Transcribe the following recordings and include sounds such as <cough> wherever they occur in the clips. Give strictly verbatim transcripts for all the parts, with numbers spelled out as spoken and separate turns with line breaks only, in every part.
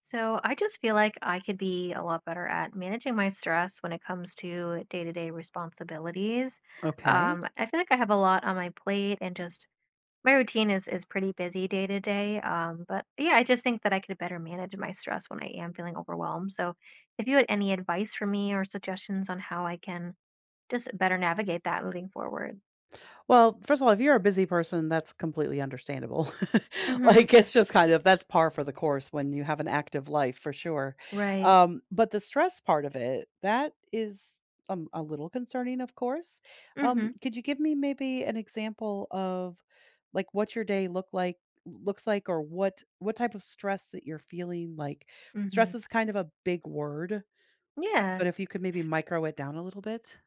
So I just feel like I could be a lot better at managing my stress when it comes to day-to-day responsibilities.
Okay.
Um, I feel like I have a lot on my plate, and just my routine is is pretty busy day to day. Um, but yeah, I just think that I could better manage my stress when I am feeling overwhelmed. So if you had any advice for me or suggestions on how I can just better navigate that moving forward.
Well, first of all, if you're a busy person, that's completely understandable. <laughs>
Mm-hmm.
Like, it's just kind of that's par for the course when you have an active life for sure.
Right.
Um, but the stress part of it, that is um, a little concerning, of course. Um,
Mm-hmm.
could you give me maybe an example of like what your day look like looks like? Or what what type of stress that you're feeling? Like
Mm-hmm.
stress is kind of a big word,
Yeah.
but if you could maybe micro it down a little bit.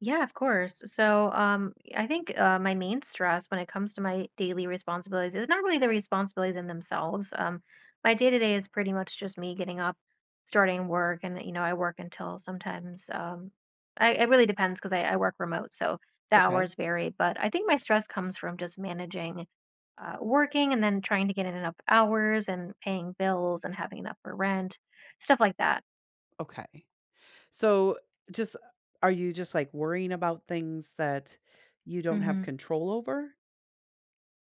Yeah, of course. So, um, I think uh, my main stress when it comes to my daily responsibilities is not really the responsibilities in themselves. Um, my day to day is pretty much just me getting up, starting work, and you know I work until sometimes. Um, I, it really depends because I, I work remote, so the
Okay.
hours vary. But I think my stress comes from just managing, uh, working, and then trying to get in enough hours and paying bills and having enough for rent, stuff like that.
Okay. So, just are you just, like, worrying about things that you don't have
hmm
control over?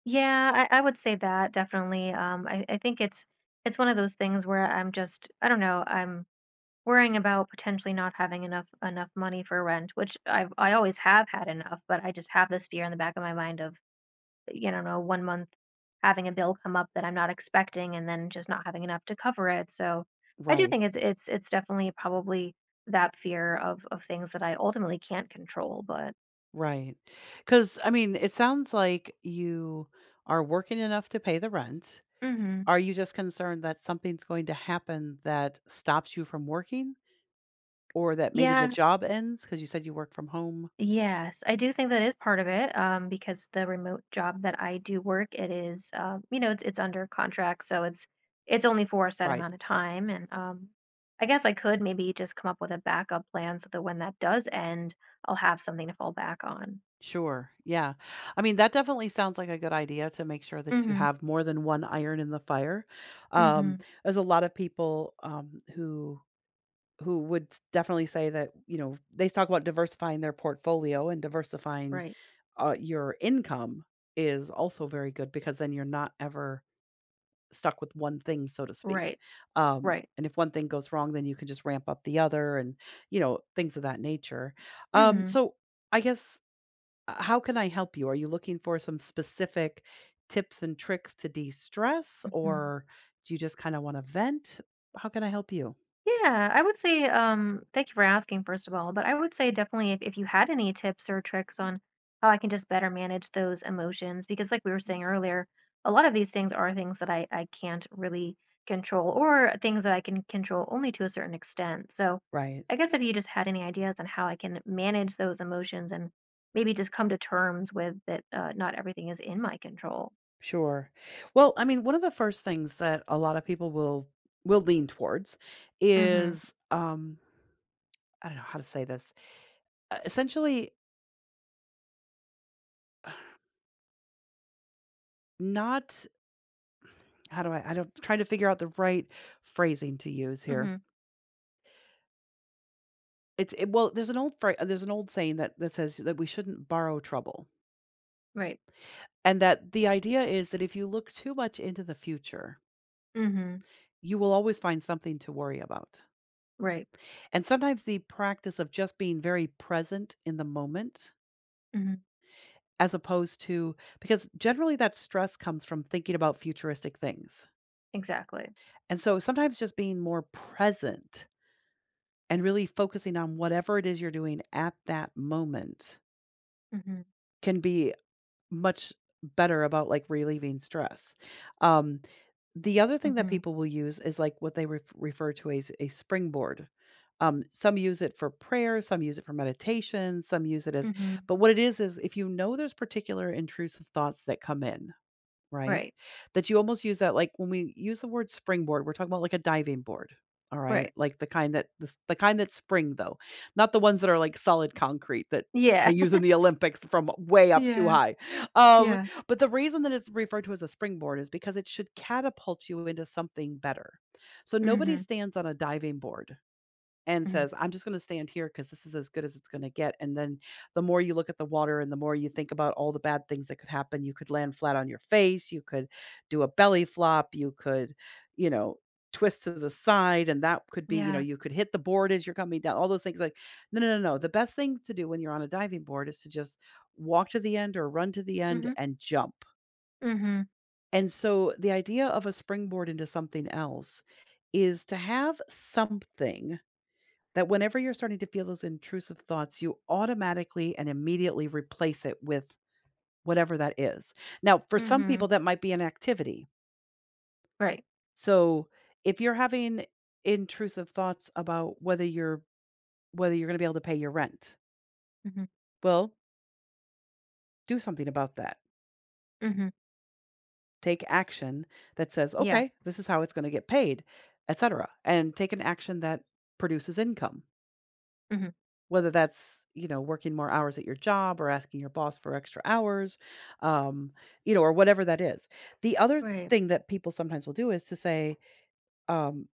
Yeah, I, I would say that definitely. Um, I, I think it's it's one of those things where I'm just I don't know, I'm worrying about potentially not having enough enough money for rent, which I've I always have had enough, but I just have this fear in the back of my mind of, you know, no, one month having a bill come up that I'm not expecting and then just not having enough to cover it. So I do
Right,
think it's it's it's definitely probably that fear of of things that I ultimately can't control, but
right. Because I mean, it sounds like you are working enough to pay the rent.
hmm
Are you just concerned that something's going to happen that stops you from working? Or that maybe the
yeah.
job ends? Because you said you work from home?
Yes, I do think that is part of it, um, because the remote job that I do work, it is, uh, you know, it's it's under contract, so it's it's only for a set
Right.
amount of time, and um, I guess I could maybe just come up with a backup plan so that when that does end, I'll have something to fall back on.
Sure, yeah. I mean, that definitely sounds like a good idea to make sure that you
Mm-hmm.
have more than one iron in the fire. Um,
Mm-hmm.
there's a lot of people, um, who who would s- definitely say that you know they talk about diversifying their portfolio and diversifying
Right.
uh, your income is also very good because then you're not ever stuck with one thing, so to speak.
Right.
Um,
Right.
and if one thing goes wrong then you can just ramp up the other and you know things of that nature um,
Mm-hmm.
so i guess uh, how can I help you? Are you looking for some specific tips and tricks to de-stress, or do you just kind of want to vent? How can I help you?
Yeah, I would say, um, thank you for asking, first of all, but I would say definitely if, if you had any tips or tricks on how I can just better manage those emotions, because like we were saying earlier, a lot of these things are things that I, I can't really control, or things that I can control only to a certain extent. So
Right.
I guess if you just had any ideas on how I can manage those emotions and maybe just come to terms with that uh, not everything is in my control.
Sure. Well, I mean, one of the first things that a lot of people will will lean towards
Mm-hmm.
is um I don't know how to say this. Uh, Essentially not how do I I don't trying to figure out the right phrasing to use here.
Mm-hmm.
It's it, well, there's an old phrase, there's an old saying that that says that we shouldn't borrow trouble.
Right.
And that the idea is that if you look too much into the future,
Mm-hmm.
you will always find something to worry about.
Right.
And sometimes the practice of just being very present in the moment,
Mm-hmm.
as opposed to, because generally that stress comes from thinking about futuristic things.
Exactly.
And so sometimes just being more present and really focusing on whatever it is you're doing at that moment
Mm-hmm.
can be much better about like relieving stress. Um, the other thing that
Mm-hmm.
people will use is like what they ref refer to as a springboard. Um, some use it for prayer, some use it for meditation, some use it as,
Mhm.
but what it is is if you know there's particular intrusive thoughts that come in, right?
Right,
That you almost use that, like, when we use the word springboard, we're talking about like a diving board, all right?
right.
Like the kind that the s the kind that spring, though, not the ones that are like solid concrete that
Yeah.
they use in
<laughs>
the Olympics from way up too
Yeah,
high. Um,
yeah.
but the reason that it's referred to as a springboard is because it should catapult you into something better. So nobody
Mhm,
stands on a diving board and
mhm.
says, "I'm just gonna stand here because this is as good as it's gonna get," and then the more you look at the water and the more you think about all the bad things that could happen, you could land flat on your face, you could do a belly flop, you could, you know, twist to the side, and that could be, you know,
Yeah.
you could hit the board as you're coming down, all those things, like, no, no, no, no, the best thing to do when you're on a diving board is to just walk to the end or run to the end
Mhm,
and jump,
mhm,
and so the idea of a springboard into something else is to have something that whenever you're starting to feel those intrusive thoughts, you automatically and immediately replace it with whatever that is. Now, for some
mhm.
people, that might be an activity.
Right.
So if you're having intrusive thoughts about whether you're whether you're going to be able to pay your rent,
Mhm,
well, do something about that.
mhm.
Take action that says,
Yeah.
okay, this is how it's going to get paid, et cetera, and take an action that produces income.
Mhm.
Whether that's, you know, working more hours at your job or asking your boss for extra hours, um, you know, or whatever that is. The other
Right.
thing that people sometimes will do is to say, um,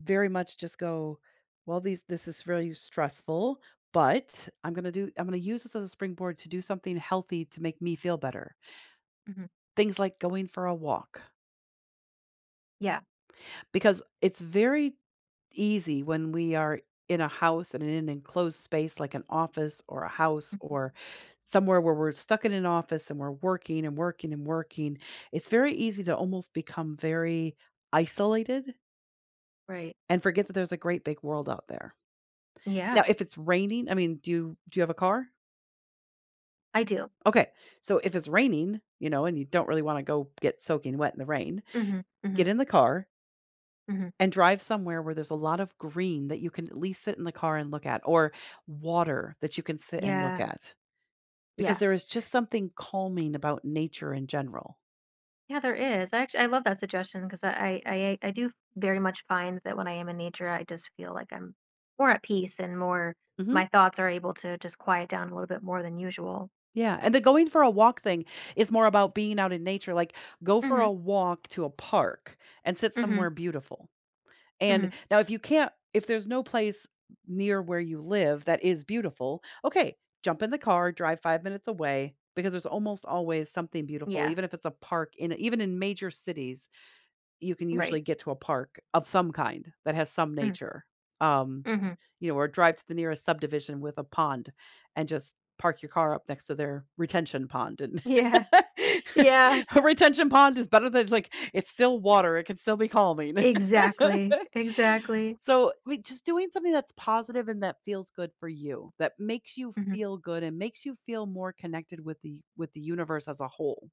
very much just go, well, these this is really stressful, but I'm gonna do I'm gonna use this as a springboard to do something healthy to make me feel better.
Mhm.
Things like going for a walk.
Yeah.
Because it's very easy when we are in a house and in an enclosed space like an office or a house
Mhm.
or somewhere where we're stuck in an office and we're working and working and working, it's very easy to almost become very isolated
Right.
and forget that there's a great big world out there.
Yeah,
Now, if it's raining, I mean, do you do you have a car?
I do.
Okay. So if it's raining, you know, and you don't really want to go get soaking wet in the rain,
Mhm, mhm,
get in the car
mhm.
and drive somewhere where there's a lot of green that you can at least sit in the car and look at, or water that you can sit and look
Yeah,
at, because
yeah.
there is just something calming about nature in general.
Yeah, there is. I actually I love that suggestion 'cause I I I I do very much find that when I am in nature, I just feel like I'm more at peace and more
Mhm.
my thoughts are able to just quiet down a little bit more than usual.
Yeah, and the going for a walk thing is more about being out in nature, like, go for a
Mhm,
walk to a park and sit
mhm,
somewhere beautiful. And
mhm.
now if you can't, if there's no place near where you live that is beautiful, okay, jump in the car, drive five minutes away because there's almost always something beautiful,
Yeah.
even if it's a park in even in major cities, you can usually
Right.
get to a park of some kind that has some
Mhm,
nature. Um,
mhm.
you know, or drive to the nearest subdivision with a pond and just park your car up next to their retention pond and
Yeah,
<laughs>
yeah,
a retention pond is better than, it's like, it's still water, it can still be calming. <laughs>
exactly, exactly.
So, I mean, just doing something that's positive and that feels good for you, that makes you
Mhm,
feel good and makes you feel more connected with the with the universe as a whole.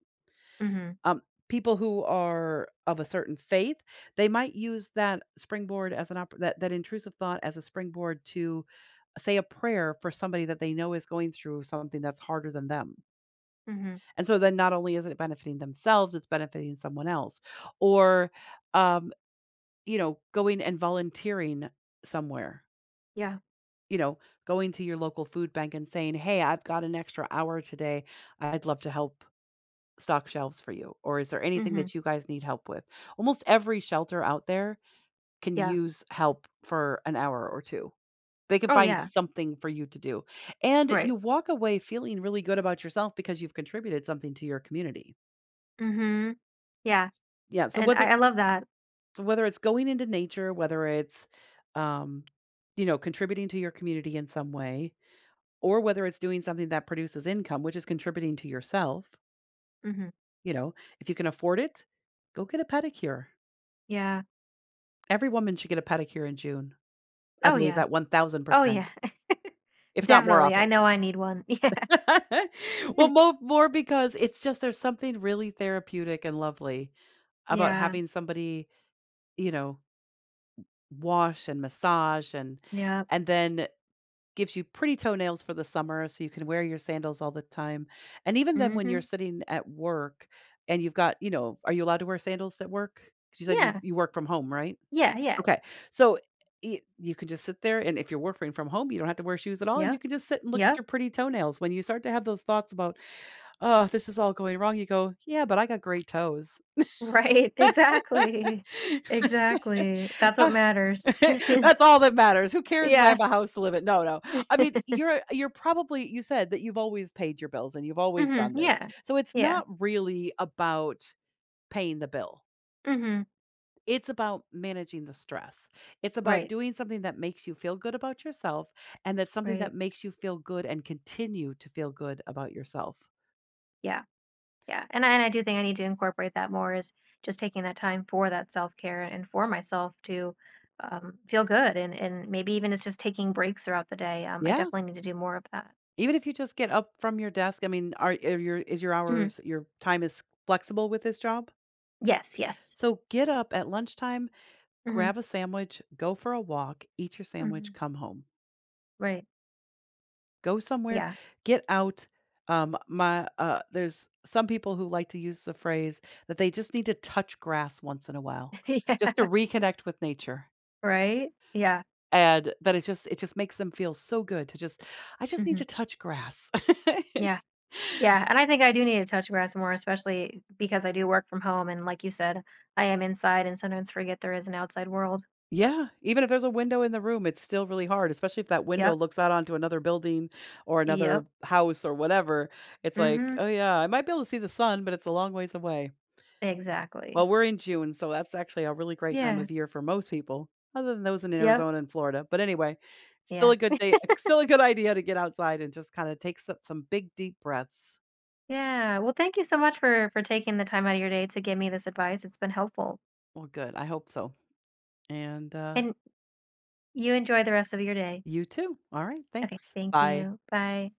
mhm,
Um, People who are of a certain faith, they might use that springboard as an opp- that that intrusive thought as a springboard to say a prayer for somebody that they know is going through something that's harder than them.
mhm.
And so then not only is it benefiting themselves, it's benefiting someone else. Or um, you know, going and volunteering somewhere,
Yeah,
you know, going to your local food bank and saying, "Hey, I've got an extra hour today. I'd love to help stock shelves for you," or, "Is there anything
mhm,
that you guys need help with?" Almost every shelter out there can
yeah.
use help for an hour or two. They can
Oh,
find
yeah,
something for you to do, and
right.
you walk away feeling really good about yourself because you've contributed something to your community.
Mhm, yeah,
Yeah, so
and
whether
I I love that.
so whether it's going into nature, whether it's, um, you know, contributing to your community in some way, or whether it's doing something that produces income, which is contributing to yourself,
Mhm,
you know, if you can afford it, go get a pedicure.
yeah.
Every woman should get a pedicure in June. I
Oh,
believe
yeah.
that
Oh,
one thousand percent,
yeah. <laughs>
if not more
Definitely, I
often.
know I need one. <laughs>
<laughs> Well,
Yeah.
more more because it's just there's something really therapeutic and lovely about
Yeah,
having somebody, you know, wash and massage and
yep.
and then gives you pretty toenails for the summer so you can wear your sandals all the time. And even then when you're
Mhm.
sitting at work and you've got, you know, are you allowed to wear sandals at work? 'Cause you said you
Yeah,
you work from home, right?
yeah, yeah.
Okay. So, y you can just sit there, and if you're working from home, you don't have to wear shoes at all, and
Yep,
you can just sit and look at
yep.
your pretty toenails. When you start to have those thoughts about, "Oh, this is all going wrong," you go, "Yeah, but I got great toes."
Right, <laughs> exactly,
<laughs>
exactly. That's what matters.
<laughs> That's all that matters. Who cares if I have
Yeah.
a house to live in? No, no. I mean, you're you're probably, you said that you've always paid your bills and you've always
Mhm,
done this.
yeah,
So it's
yeah.
not really about paying the bill.
Mhm,
It's about managing the stress. It's about
right.
doing something that makes you feel good about yourself, and that's something that
Right.
makes you feel good and continue to feel good about yourself.
Yeah. Yeah. And I, and I do think I need to incorporate that more is just taking that time for that self care and for myself to um, feel good, and and maybe even it's just taking breaks throughout the day. Um, I
Yeah.
definitely need to do more of that.
Even if you just get up from your desk, I mean, are, are your is your
hmm
hours your time is flexible with this job?
Yes. Yes.
So get up at lunchtime.
hmm
Grab a sandwich, go for a walk, eat your
hmm
sandwich, come home.
Right.
Go somewhere,
Yeah.
get out. Um, my uh, There's some people who like to use the phrase that they just need to touch grass once in a while,
<laughs>
just to
yeah.
reconnect with nature,
Right. Yeah.
and that it just it just makes them feel so good to just, I just need
hmm
to touch grass. <laughs>
Yeah. Yeah. And I think I do need to touch grass more, especially because I do work from home, and like you said, I am inside and sometimes forget there is an outside world.
Yeah, even if there's a window in the room, it's still really hard, especially if that window
Yep.
looks out onto another building or another
Yep.
house or whatever. It's like,
hmm
oh yeah, I might be able to see the sun, but it's a long ways away.
Exactly.
Well, we're in June, so that's actually a really great time
Yeah.
of year for most people, other than those in
Yep.
Arizona and Florida. But anyway, still
Yeah.
a good day, <laughs> still a good idea to get outside and just kind of take some, some big, deep breaths.
Yeah. Well, thank you so much for for taking the time out of your day to give me this advice. It's been helpful.
Well, good. I hope so. And uh,
And you enjoy the rest of your day.
you too. All right.
Okay.
Thanks.
Thank
Bye.
you. Bye.